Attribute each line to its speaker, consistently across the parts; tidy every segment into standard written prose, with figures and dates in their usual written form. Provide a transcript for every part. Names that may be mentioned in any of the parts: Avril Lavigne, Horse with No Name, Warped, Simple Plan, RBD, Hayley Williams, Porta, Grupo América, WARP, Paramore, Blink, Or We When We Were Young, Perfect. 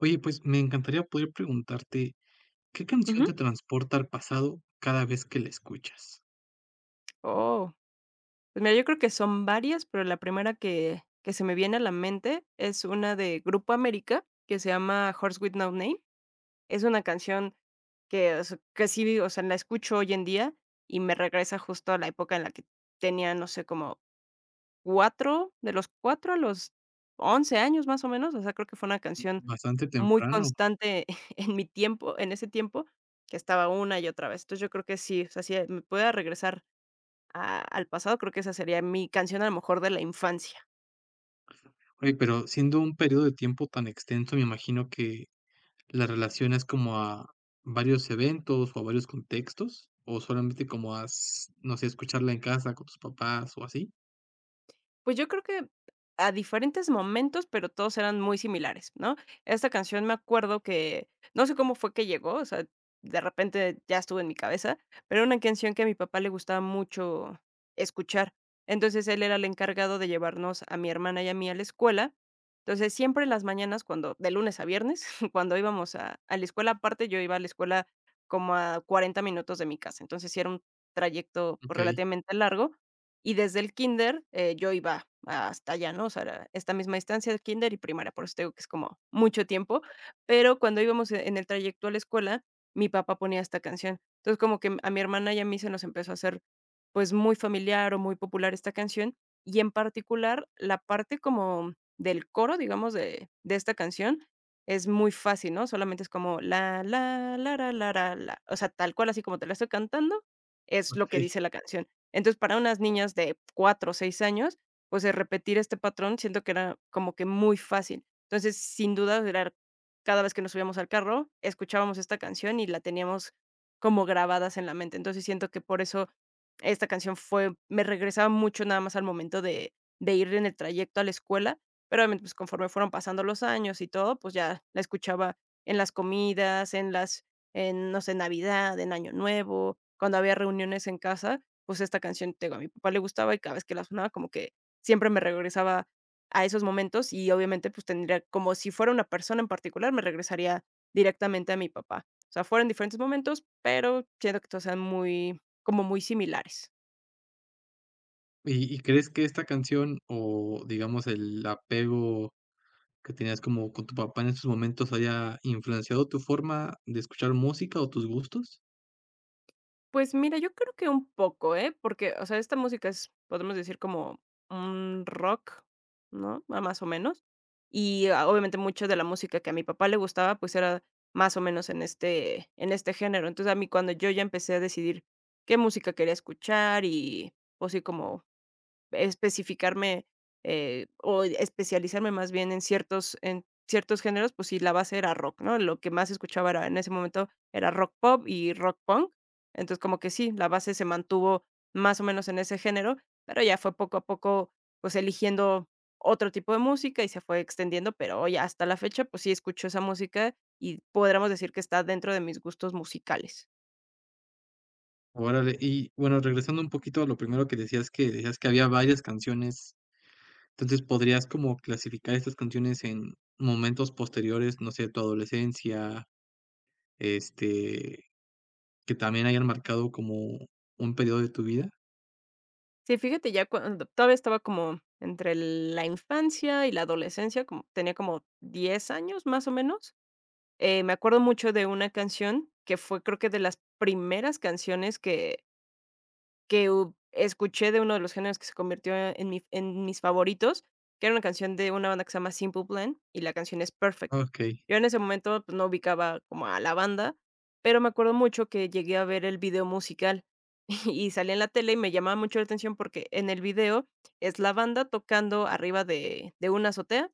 Speaker 1: Oye, pues me encantaría poder preguntarte, ¿qué canción
Speaker 2: Ujú.
Speaker 1: te transporta al pasado cada vez que la escuchas?
Speaker 2: Oh, pues mira, yo creo que son varias, pero la primera que se me viene a la mente es una de Grupo América, que se llama Horse with No Name. Es una canción que, o sea, que sí, o sea, la escucho hoy en día y me regresa justo a la época en la que tenía, no sé, como 4, de los 4 a los 11 años, más o menos. O sea, creo que fue una canción
Speaker 1: Bastante
Speaker 2: muy
Speaker 1: temprano.
Speaker 2: constante en mi tiempo, en ese tiempo, que estaba una y otra vez. Entonces, yo creo que sí, o sea, sí, me puede regresar A al pasado, creo que esa sería mi canción, a lo mejor, de la infancia.
Speaker 1: Oye, pero siendo un periodo de tiempo tan extenso, me imagino que la relacionas como a varios eventos o a varios contextos, o solamente como a, no sé, escucharla en casa con tus papás o así.
Speaker 2: Pues yo creo que a diferentes momentos, pero todos eran muy similares, ¿no? Esta canción me acuerdo que no sé cómo fue que llegó, o sea, de repente ya estuvo en mi cabeza, pero era una canción que a mi papá le gustaba mucho escuchar. Entonces él era el encargado de llevarnos a mi hermana y a mí a la escuela. Entonces siempre en las mañanas, cuando de lunes a viernes, cuando íbamos a la escuela, aparte yo iba a la escuela como a 40 minutos de mi casa, entonces sí era un trayecto, pues,
Speaker 1: Ok,
Speaker 2: relativamente largo y desde el kinder yo iba hasta allá, ¿no? O sea, era esta misma distancia de kinder y primaria, por eso te digo que es como mucho tiempo, pero cuando íbamos en el trayecto a la escuela, mi papá ponía esta canción. Entonces, como que a mi hermana y a mí se nos empezó a hacer, pues, muy familiar o muy popular esta canción, y en particular, la parte como del coro, digamos, de esta canción es muy fácil, ¿no? Solamente es como la, la, la la la. La, la. O sea, tal cual, así como te la estoy cantando, es lo que
Speaker 1: ok.
Speaker 2: dice la canción. Entonces, para unas niñas de 4 o 6 años, pues, el repetir este patrón siento que era como que muy fácil. Entonces, sin duda, era cada vez que nos subíamos al carro, escuchábamos esta canción y la teníamos como grabadas en la mente. Entonces, siento que por eso esta canción fue me regresaba mucho nada más al momento de ir en el trayecto a la escuela, pero obviamente, pues, conforme fueron pasando los años y todo, pues, ya la escuchaba en las comidas, en las en, no sé, Navidad, en Año Nuevo, cuando había reuniones en casa, pues, esta canción, te digo, a mi papá le gustaba y cada vez que la sonaba como que siempre me regresaba a esos momentos y obviamente, pues, tendría como si fuera una persona en particular, me regresaría directamente a mi papá. O sea, fueron diferentes momentos, pero siento que todos sean muy como muy similares.
Speaker 1: Y crees que esta canción o digamos el apego que tenías como con tu papá en estos momentos haya influenciado tu forma de escuchar música o tus gustos?
Speaker 2: Pues mira, yo creo que un poco, ¿eh? Porque, o sea, esta música es, podemos decir, como un rock, ¿no? Ah, más o menos. Y obviamente mucho de la música que a mi papá le gustaba, pues era más o menos en este género. Entonces a mí cuando yo ya empecé a decidir qué música quería escuchar y, o sí, como especificarme, o especializarme más bien en ciertos géneros, pues sí, la base era rock, ¿no? Lo que más escuchaba era en ese momento era rock pop y rock punk. Entonces, como que sí, la base se mantuvo más o menos en ese género, pero ya fue poco a poco, pues, eligiendo otro tipo de música y se fue extendiendo, pero hoy hasta la fecha, pues sí escucho esa música y podríamos decir que está dentro de mis gustos musicales.
Speaker 1: Órale, y bueno, regresando un poquito a lo primero que decías que había varias canciones. Entonces, ¿podrías como clasificar estas canciones en momentos posteriores, no sé, tu adolescencia, este, que también hayan marcado como un periodo de tu vida?
Speaker 2: Sí, fíjate, ya cuando todavía estaba como entre la infancia y la adolescencia, como tenía como 10 años más o menos, me acuerdo mucho de una canción que fue creo que de las primeras canciones que u escuché de uno de los géneros que se convirtió en mi en mis favoritos, que era una canción de una banda que se llama Simple Plan, y la canción es Perfect.
Speaker 1: Okey,
Speaker 2: Yo en ese momento, pues, no ubicaba como a la banda, pero me acuerdo mucho que llegué a ver el video musical, y salía en la tele y me llamaba mucho la atención porque en el video es la banda tocando arriba de una azotea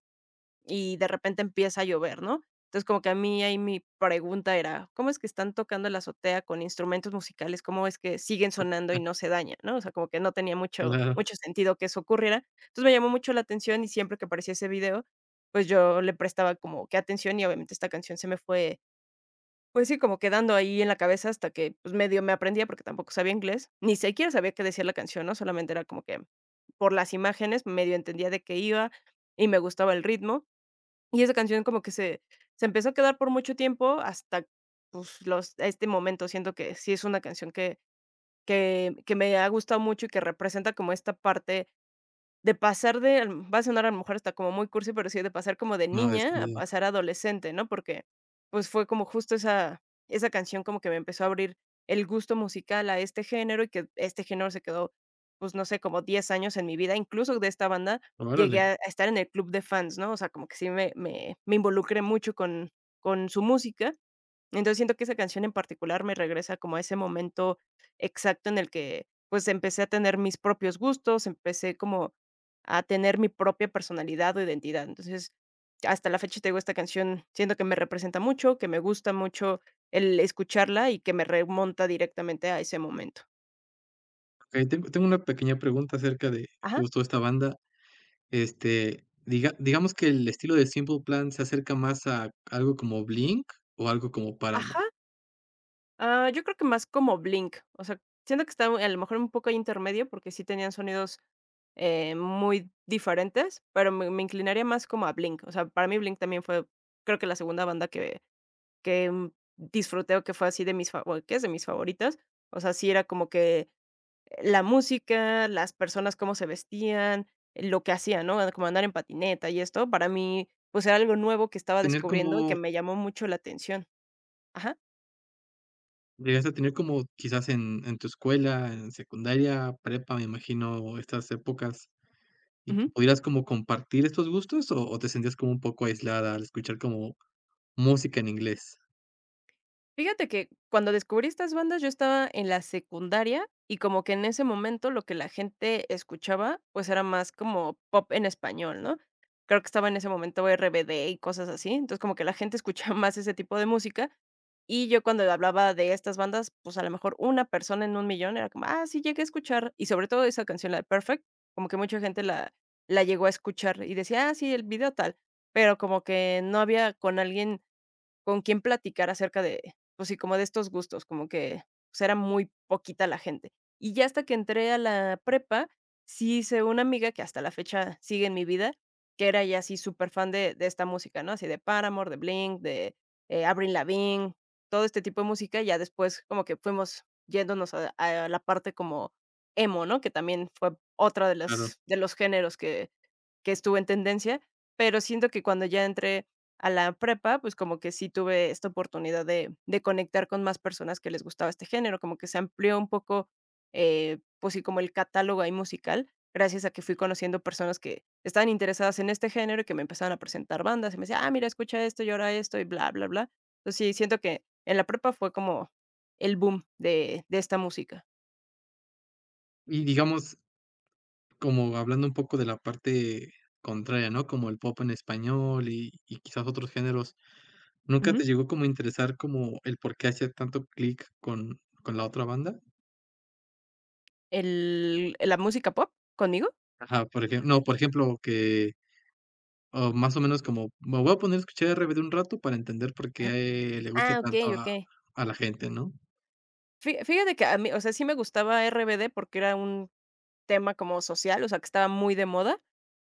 Speaker 2: y de repente empieza a llover, ¿no? Entonces, como que a mí ahí mi pregunta era, ¿cómo es que están tocando la azotea con instrumentos musicales? ¿Cómo es que siguen sonando y
Speaker 1: ah,
Speaker 2: no se dañan, no? O sea, como que no tenía mucho
Speaker 1: claro,
Speaker 2: mucho sentido que eso ocurriera. Entonces, me llamó mucho la atención y siempre que aparecía ese video, pues, yo le prestaba como que atención y obviamente esta canción se me fue, pues sí, como quedando ahí en la cabeza hasta que, pues, medio me aprendía, porque tampoco sabía inglés, ni siquiera sabía qué decía la canción, ¿no? Solamente era como que por las imágenes medio entendía de qué iba y me gustaba el ritmo. Y esa canción como que se empezó a quedar por mucho tiempo hasta, pues, los este momento. Siento que sí es una canción que me ha gustado mucho y que representa como esta parte de pasar de va a sonar a lo mejor hasta como muy cursi, pero sí, de pasar como de
Speaker 1: no,
Speaker 2: niña a
Speaker 1: descuida.
Speaker 2: pasar a adolescente, ¿no? Porque, pues, fue como justo esa canción como que me empezó a abrir el gusto musical a este género, y que este género se quedó, pues, no sé, como 10 años en mi vida. Incluso de esta banda llegué
Speaker 1: Órale.
Speaker 2: a estar en el club de fans, ¿no? O sea, como que sí me involucré mucho con su música. Entonces, siento que esa canción en particular me regresa como a ese momento exacto en el que, pues, empecé a tener mis propios gustos, empecé como a tener mi propia personalidad o identidad. Entonces, hasta la fecha, te digo, esta canción siento que me representa mucho, que me gusta mucho el escucharla y que me remonta directamente a ese momento.
Speaker 1: Okey, tengo una pequeña pregunta acerca de
Speaker 2: Ajá,
Speaker 1: justo esta banda. Digamos que el estilo de Simple Plan se acerca más a algo como Blink o algo como
Speaker 2: ajá.
Speaker 1: Paramore.
Speaker 2: Ah, yo creo que más como Blink, o sea, siento que está a lo mejor un poco ahí intermedio, porque sí tenían sonidos muy diferentes, pero me inclinaría más como a Blink. O sea, para mí Blink también fue, creo que la segunda banda que disfruté, o que fue así de mis fa bueno, que es de mis favoritas. O sea, sí era como que la música, las personas cómo se vestían, lo que hacían, ¿no? Como andar en patineta y esto, para mí, pues, era algo nuevo que estaba
Speaker 1: Tener
Speaker 2: descubriendo y que
Speaker 1: como
Speaker 2: me llamó mucho la atención. Ajá.
Speaker 1: ¿llegaste a tener como quizás en tu escuela, en secundaria, prepa, me imagino, estas épocas, y que pudieras como compartir estos gustos, o te sentías como un poco aislada al escuchar como música en inglés?
Speaker 2: Fíjate que cuando descubrí estas bandas yo estaba en la secundaria y como que en ese momento lo que la gente escuchaba, pues era más como pop en español, ¿no? Creo que estaba en ese momento RBD y cosas así, entonces como que la gente escuchaba más ese tipo de música y yo cuando hablaba de estas bandas, pues a lo mejor una persona en un millón era como, ah, sí, llegué a escuchar, y sobre todo esa canción, la de Perfect, como que mucha gente la llegó a escuchar y decía, ah, sí, el video tal, pero como que no había con alguien con quién platicar acerca de, pues sí, como de estos gustos, como que, pues, era muy poquita la gente. Y ya hasta que entré a la prepa, sí hice una amiga que hasta la fecha sigue en mi vida, que era ya así súper fan de esta música, ¿no? Así de Paramore, de Blink, de, Avril Lavigne, todo este tipo de música. Ya después como que fuimos yéndonos a la parte como emo, ¿no? Que también fue otra de
Speaker 1: Claro.
Speaker 2: las de los géneros que estuvo en tendencia, pero siento que cuando ya entré a la prepa, pues, como que sí tuve esta oportunidad de conectar con más personas que les gustaba este género, como que se amplió un poco, pues sí, como el catálogo ahí musical, gracias a que fui conociendo personas que estaban interesadas en este género y que me empezaban a presentar bandas, y me decía: "Ah, mira, escucha esto y ahora esto", y bla, bla, bla. Entonces, sí, siento que en la prepa fue como el boom de esta música.
Speaker 1: Y digamos, como hablando un poco de la parte contraria, ¿no? Como el pop en español y quizás otros géneros, ¿nunca te
Speaker 2: Ujú.
Speaker 1: llegó como a interesar como el por qué hacía tanto clic con la otra banda?
Speaker 2: El la música pop, ¿conmigo?
Speaker 1: Ajá, por ejemplo, no, por ejemplo, que o más o menos como, me voy a poner a escuchar RBD un rato para entender por
Speaker 2: Ajá.
Speaker 1: qué le gusta
Speaker 2: Ah,
Speaker 1: tanto
Speaker 2: okey, okey.
Speaker 1: a la gente, ¿no?
Speaker 2: Fi fíjate que a mí, o sea, sí me gustaba RBD porque era un tema como social, o sea, que estaba muy de moda,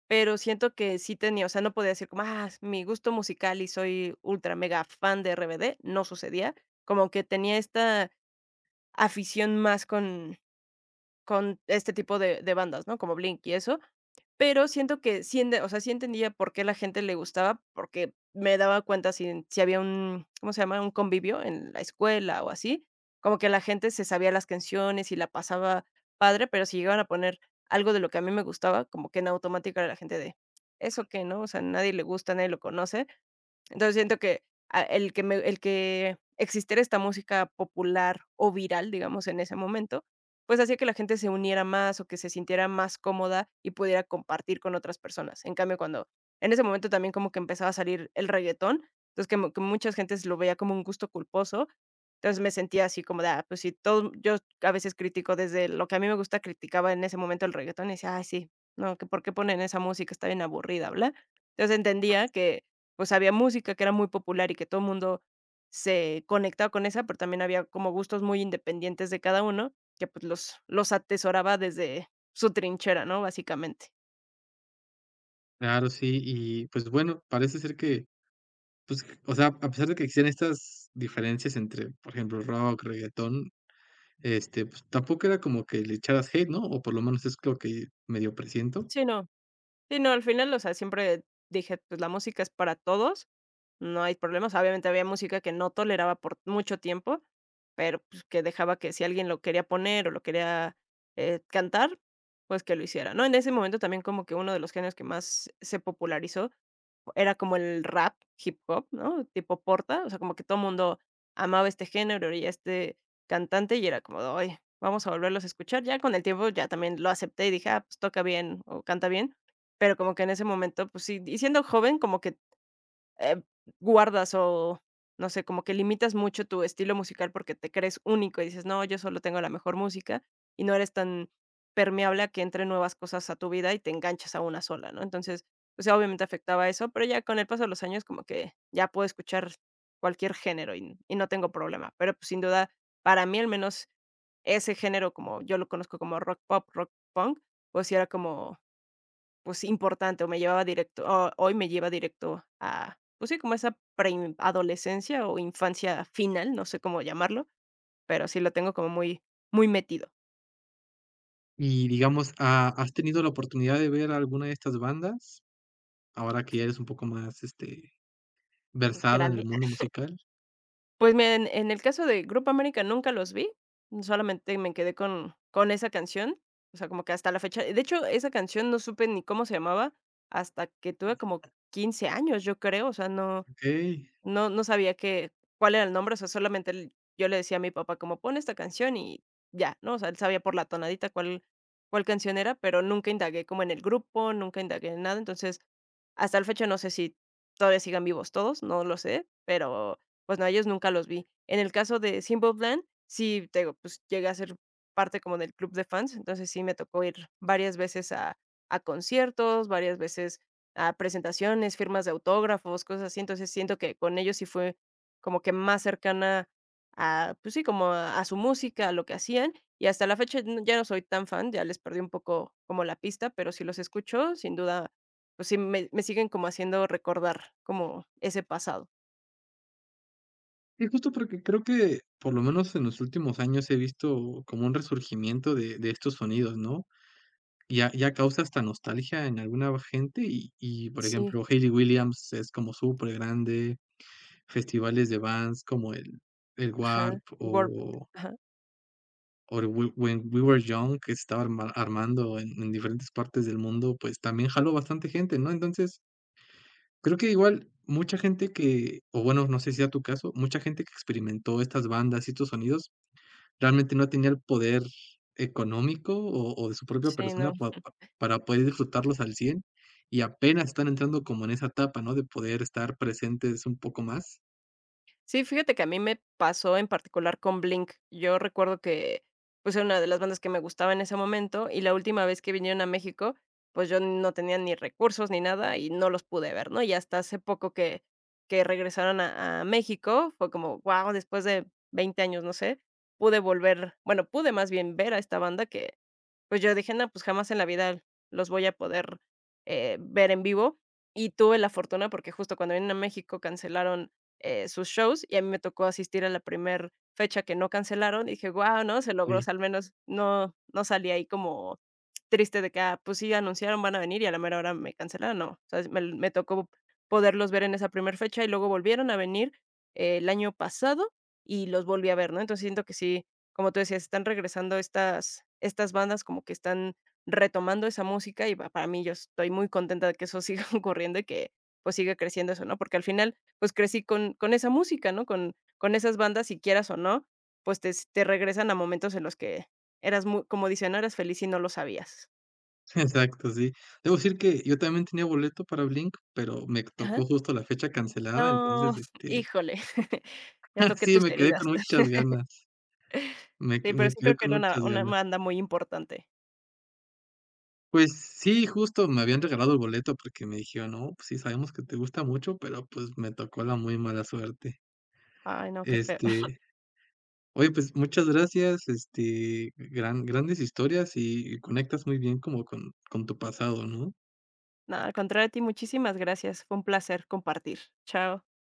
Speaker 2: pero siento que sí tenía, o sea, no podía decir como, ah, mi gusto musical y soy ultra mega fan de RBD, no sucedía, como que tenía esta afición más con este tipo de bandas, ¿no? Como Blink y eso, pero siento que sí ende o sea, sí entendía por qué la gente le gustaba, porque me daba cuenta si había un, ¿cómo se llama? Un convivio en la escuela o así, como que la gente se sabía las canciones y la pasaba padre, pero si llegaban a poner algo de lo que a mí me gustaba, como que en automático era la gente de: "¿Eso qué?", ¿no? O sea, nadie le gusta, nadie lo conoce. Entonces, siento que, ah, el que existiera esta música popular o viral, digamos, en ese momento, pues, hacía que la gente se uniera más, o que se sintiera más cómoda y pudiera compartir con otras personas. En cambio, cuando en ese momento también como que empezaba a salir el reguetón, entonces, que mu que muchas gentes lo veía como un gusto culposo. Entonces, me sentía así como de: "Ah, pues, si todo", yo a veces critico desde lo que a mí me gusta, criticaba en ese momento el reguetón y decía: "Ay, sí, no, que por qué ponen esa música, está bien aburrida, bla". Entonces, entendía que pues, había música que era muy popular y que todo el mundo se conectaba con esa, pero también había como gustos muy independientes de cada uno, que, pues, los atesoraba desde su trinchera, ¿no?, básicamente.
Speaker 1: Claro, sí, y pues bueno, parece ser que, pues, o sea, a pesar de que existen estas diferencias entre, por ejemplo, rock, reguetón, este, pues, tampoco era como que le echaras hate, ¿no? O por lo menos es lo que medio presiento.
Speaker 2: Sí, no. Sí, no, al final, o sea, siempre dije: "Pues, la música es para todos, no hay problemas". Obviamente, había música que no toleraba por mucho tiempo, pero, pues, que dejaba que si alguien lo quería poner o lo quería, cantar, pues, que lo hiciera, ¿no? En ese momento también como que uno de los géneros que más se popularizó era como el rap hip hop, ¿no? Tipo Porta, o sea, como que todo el mundo amaba este género y este cantante, y era como de: "Ay, vamos a volverlos a escuchar". Ya con el tiempo ya también lo acepté y dije: "Ah, pues toca bien o canta bien", pero como que en ese momento, pues sí, y siendo joven, como que eh, guardas o, no sé, como que limitas mucho tu estilo musical porque te crees único y dices: "No, yo solo tengo la mejor música", y no eres tan permeable a que entren nuevas cosas a tu vida y te enganchas a una sola, ¿no? Entonces, o sea, obviamente afectaba eso, pero ya con el paso de los años como que ya puedo escuchar cualquier género y no tengo problema. Pero, pues, sin duda, para mí al menos ese género, como yo lo conozco como rock pop, rock punk, pues sí era como pues importante, o hoy me lleva directo a, pues sí, como esa preadolescencia o infancia final, no sé cómo llamarlo, pero sí lo tengo como muy muy metido,
Speaker 1: Y digamos, ¿ha has tenido la oportunidad de ver alguna de estas bandas? Ahora que ya eres un poco más, este, versada en el
Speaker 2: grande.
Speaker 1: mundo musical.
Speaker 2: Pues mira, en el caso de Grupo América nunca los vi, solamente me quedé con esa canción, o sea, como que hasta la fecha de hecho, esa canción no supe ni cómo se llamaba hasta que tuve como 15 años, yo creo, o sea, no.
Speaker 1: Okey.
Speaker 2: No sabía que cuál era el nombre, o sea, solamente el yo le decía a mi papá como: "Pon esta canción", y ya, ¿no? O sea, él sabía por la tonadita cuál canción era, pero nunca indagué como en el grupo, nunca indagué en nada. Entonces, hasta el fecha no sé si todavía sigan vivos todos, no lo sé, pero, pues, no, a ellos nunca los vi. En el caso de Simple Plan, sí, te digo, pues, llegué a ser parte como del club de fans, entonces sí me tocó ir varias veces a conciertos, varias veces a presentaciones, firmas de autógrafos, cosas así. Entonces, siento que con ellos sí fue como que más cercana a, pues sí, como a su música, a lo que hacían. Y hasta la fecha ya no soy tan fan, ya les perdí un poco como la pista, pero si los escucho, sin duda, pues sí, me siguen como haciendo recordar como ese pasado.
Speaker 1: Sí, justo porque creo que, por lo menos en los últimos años, he visto como un resurgimiento de estos sonidos, ¿no? Ya causa hasta nostalgia en alguna gente y, por
Speaker 2: Sí,
Speaker 1: ejemplo, Hayley Williams es como supergrande, festivales de bands como el
Speaker 2: ajá,
Speaker 1: WARP
Speaker 2: el Warped.
Speaker 1: o
Speaker 2: Ajá,
Speaker 1: Or We When We Were Young, que se estaba armando en diferentes partes del mundo, pues, también jaló bastante gente, ¿no? Entonces, creo que igual mucha gente que o bueno, no sé si sea tu caso, mucha gente que experimentó estas bandas y estos sonidos, realmente no tenía el poder económico o de su propia
Speaker 2: sí,
Speaker 1: persona
Speaker 2: no.
Speaker 1: pa pa para poder disfrutarlos al 100 y apenas están entrando como en esa etapa, ¿no? De poder estar presentes un poco más.
Speaker 2: Sí, fíjate que a mí me pasó en particular con Blink. Yo recuerdo que, pues, era una de las bandas que me gustaba en ese momento, y la última vez que vinieron a México, pues, yo no tenía ni recursos ni nada y no los pude ver, ¿no? Y hasta hace poco que regresaron a México, fue como, guau, después de 20 años, no sé, pude volver, bueno, pude más bien ver a esta banda que, pues, yo dije: "No, pues, jamás en la vida los voy a poder, ver en vivo". Y tuve la fortuna porque justo cuando vinieron a México cancelaron sus shows, y a mí me tocó asistir a la primer fecha que no cancelaron, y dije: "Guau", ¿no? Se logró, o sea, al menos no salí ahí como triste de que, ah, pues sí, anunciaron, van a venir, y a la mera hora me cancelaron, no. O sea, me tocó poderlos ver en esa primer fecha, y luego volvieron a venir el año pasado y los volví a ver, ¿no? Entonces, siento que sí, como tú decías, están regresando estas bandas, como que están retomando esa música, y pa para mí, yo estoy muy contenta de que eso siga ocurriendo y que, pues, siga creciendo eso, ¿no? Porque al final pues crecí con esa música, ¿no? Con esas bandas, si quieras o no, pues te regresan a momentos en los que eras mu como dicen, ¿no? Eras feliz y no lo sabías.
Speaker 1: Exacto, sí. Debo decir que yo también tenía boleto para Blink, pero me
Speaker 2: Ajá.
Speaker 1: tocó justo la fecha cancelada,
Speaker 2: No,
Speaker 1: entonces, este,
Speaker 2: híjole, ya toqué
Speaker 1: sí,
Speaker 2: tus
Speaker 1: me quedé
Speaker 2: heridas.
Speaker 1: con muchas ganas,
Speaker 2: Sí, pero
Speaker 1: me
Speaker 2: sí creo
Speaker 1: quedé
Speaker 2: que
Speaker 1: con
Speaker 2: era una
Speaker 1: muchas ganas.
Speaker 2: banda muy importante.
Speaker 1: Pues sí, justo me habían regalado el boleto porque me dijeron: "No, pues sí, sabemos que te gusta mucho, pero, pues, me tocó la muy mala suerte".
Speaker 2: Ay, no, qué feo.
Speaker 1: Este, oye, pues muchas gracias, este, grandes historias y conectas muy bien como con tu pasado, ¿no?
Speaker 2: Nada. Al contrario de ti, muchísimas gracias. Fue un placer compartir. Chao.